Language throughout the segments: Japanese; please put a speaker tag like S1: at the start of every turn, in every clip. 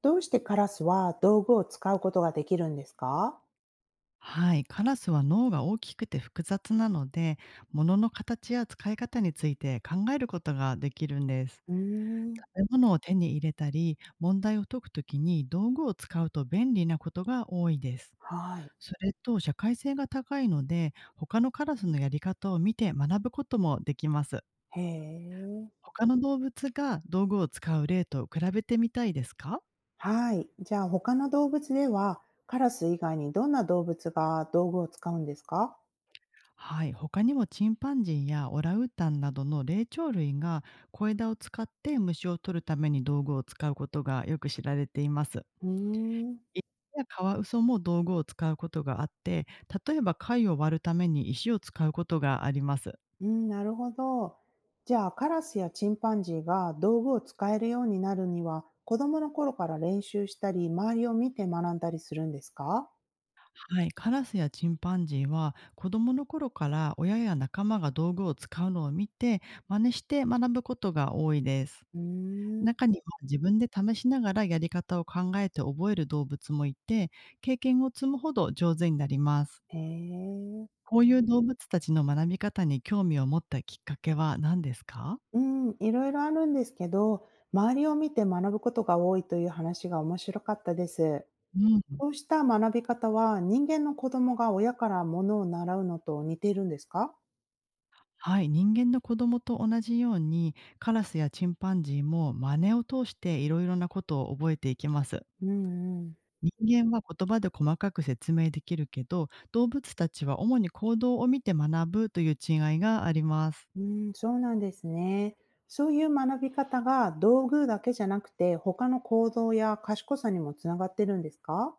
S1: どうしてカラスは道具を使うことができるんですか？
S2: はい、カラスは脳が大きくて複雑なので、物の形や使い方について考えることができるんです。
S1: うーん、
S2: 食べ物を手に入れたり、問題を解くときに道具を使うと便利なことが多いです。
S1: はい。
S2: それと社会性が高いので、他のカラスのやり方を見て学ぶこともできます。
S1: へえ。
S2: 他の動物が道具を使う例と比べてみたいですか？
S1: はい。じゃあ他の動物では、カラス以外にどんな動物が道具を使うんですか？
S2: はい、他にもチンパンジーやオランウータンなどの霊長類が小枝を使って虫を取るために道具を使うことがよく知られています。
S1: うーん。
S2: いや、カワウソも道具を使うことがあって、例えば貝を割るために石を使うことがあります。
S1: うん、なるほど。じゃあカラスやチンパンジーが道具を使えるようになるには、子供の頃から練習したり周りを見て学んだりするんですか？
S2: はい、カラスやチンパンジーは子どもの頃から親や仲間が道具を使うのを見て真似して学ぶことが多いです。
S1: うーん。
S2: 中には自分で試しながらやり方を考えて覚える動物もいて、経験を積むほど上手になります。
S1: へえ。
S2: こういう動物たちの学び方に興味を持ったきっかけは何ですか？
S1: うん、いろいろあるんですけど、周りを見て学ぶことが多いという話が面白かったです。
S2: うん、
S1: こうした学び方は、人間の子供が親からものを習うのと似ているんですか？
S2: はい、人間の子供と同じように、カラスやチンパンジーも真似を通していろいろなことを覚えていきます。
S1: うんうん。
S2: 人間は言葉で細かく説明できるけど、動物たちは主に行動を見て学ぶという違いがあります。
S1: うん、そうなんですね。そういう学び方が道具だけじゃなくて、他の行動や賢さにもつながってるんですか？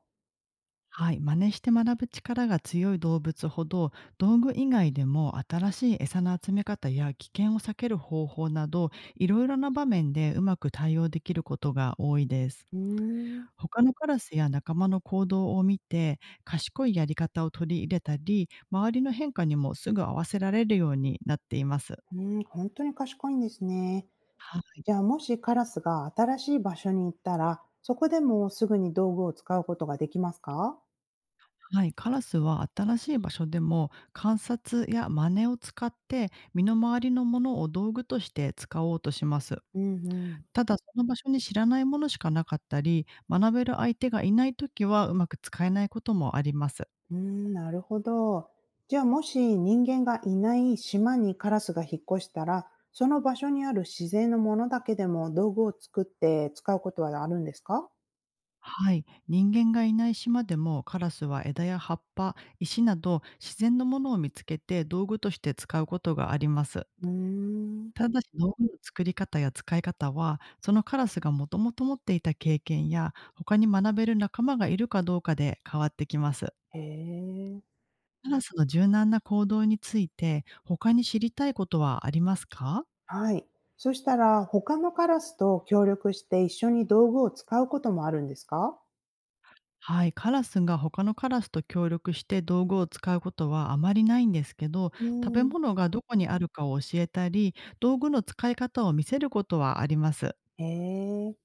S2: はい、真似して学ぶ力が強い動物ほど、道具以外でも新しい餌の集め方や危険を避ける方法など、いろいろな場面でうまく対応できることが多いです。
S1: うーん、
S2: 他のカラスや仲間の行動を見て、賢いやり方を取り入れたり周りの変化にもすぐ合わせられるようになっています。
S1: うん、本当に賢いんですね。
S2: はい、
S1: じゃあもしカラスが新しい場所に行ったら、そこでもすぐに道具を使うことができますか？
S2: はい、カラスは新しい場所でも観察や真似を使って身の回りのものを道具として使おうとします。
S1: うんうん。
S2: ただ、その場所に知らないものしかなかったり、学べる相手がいない時はうまく使えないこともあります。
S1: うーん、なるほど。じゃあもし人間がいない島にカラスが引っ越したら、その場所にある自然のものだけでも道具を作って使うことはあるんですか？
S2: はい、人間がいない島でもカラスは枝や葉っぱ、石など自然のものを見つけて道具として使うことがあります。
S1: うーん。
S2: ただし道具の作り方や使い方は、そのカラスがもともと持っていた経験や、他に学べる仲間がいるかどうかで変わってきます。
S1: へえ。
S2: カラスの柔軟な行動について、他に知りたいことはありますか？
S1: はい。そしたら他のカラスと協力して、一緒に道具を使うこともあるんですか？
S2: はい、カラスが他のカラスと協力して道具を使うことはあまりないんですけど、
S1: う
S2: 食べ
S1: ん。
S2: 物がどこにあるかを教えたり、道具の使い方を見せることはあります。
S1: へえ。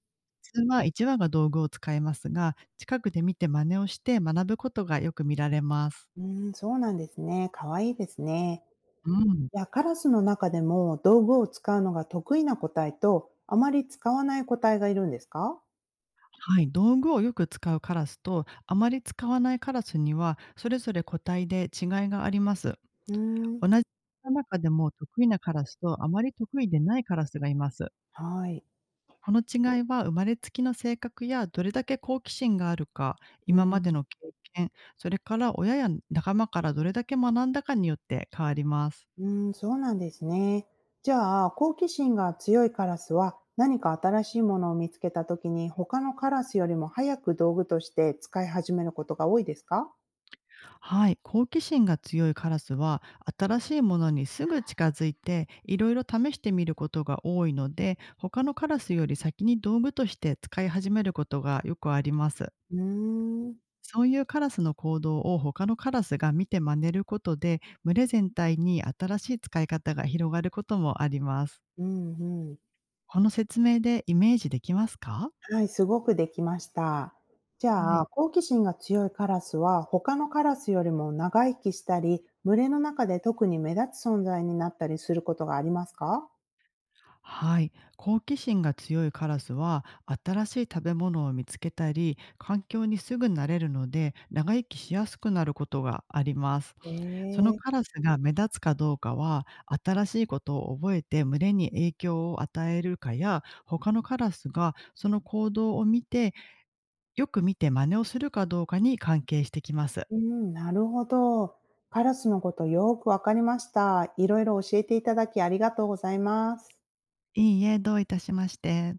S2: 普通は1羽が道具を使いますが、近くで見て真似をして学ぶことがよく見られます。
S1: うーん、そうなんですね。可愛いいですね。
S2: うん、
S1: いや、カラスの中でも道具を使うのが得意な個体と、あまり使わない個体がいるんですか？
S2: はい、道具をよく使うカラスとあまり使わないカラスにはそれぞれ個体で違いがあります。
S1: うーん、
S2: 同じ中でも得意なカラスとあまり得意でないカラスがいます。
S1: はい。
S2: この違いは生まれつきの性格やどれだけ好奇心があるか、
S1: うー
S2: 今まで
S1: ん、
S2: の経験、それから親や仲間からどれだけ学んだかによって変わります。
S1: うーん、そうなんですね。じゃあ、好奇心が強いカラスは、何か新しいものを見つけたときに、他のカラスよりも早く道具として使い始めることが多いですか？
S2: はい、好奇心が強いカラスは、新しいものにすぐ近づいていろいろ試してみることが多いので、他のカラスより先に道具として使い始めることがよくあります。
S1: うーん、
S2: そういうカラスの行動を他のカラスが見て真似ることで、群れ全体に新しい使い方が広がることもあります。
S1: うん、うん。
S2: この説明でイメージできますか？
S1: はい、すごくできました。じ
S2: は
S1: ゃあ、
S2: い。
S1: 好奇心が強いカラスは、他のカラスよりも長生きしたり、群れの中で特に目立つ存在になったりすることがありますか？
S2: はい、好奇心が強いカラスは、新しい食べ物を見つけたり、環境にすぐ慣れるので、長生きしやすくなることがあります。その
S1: ええ、
S2: カラスが目立つかどうかは、新しいことを覚えて群れに影響を与えるかや、他のカラスがその行動を見て、よく見て真似をするかどうかに関係してきます。
S1: うん、なるほど。カラスのことよくわかりました。いろいろ教えていただきありがとうございます。
S2: いいえ、どういたしまして。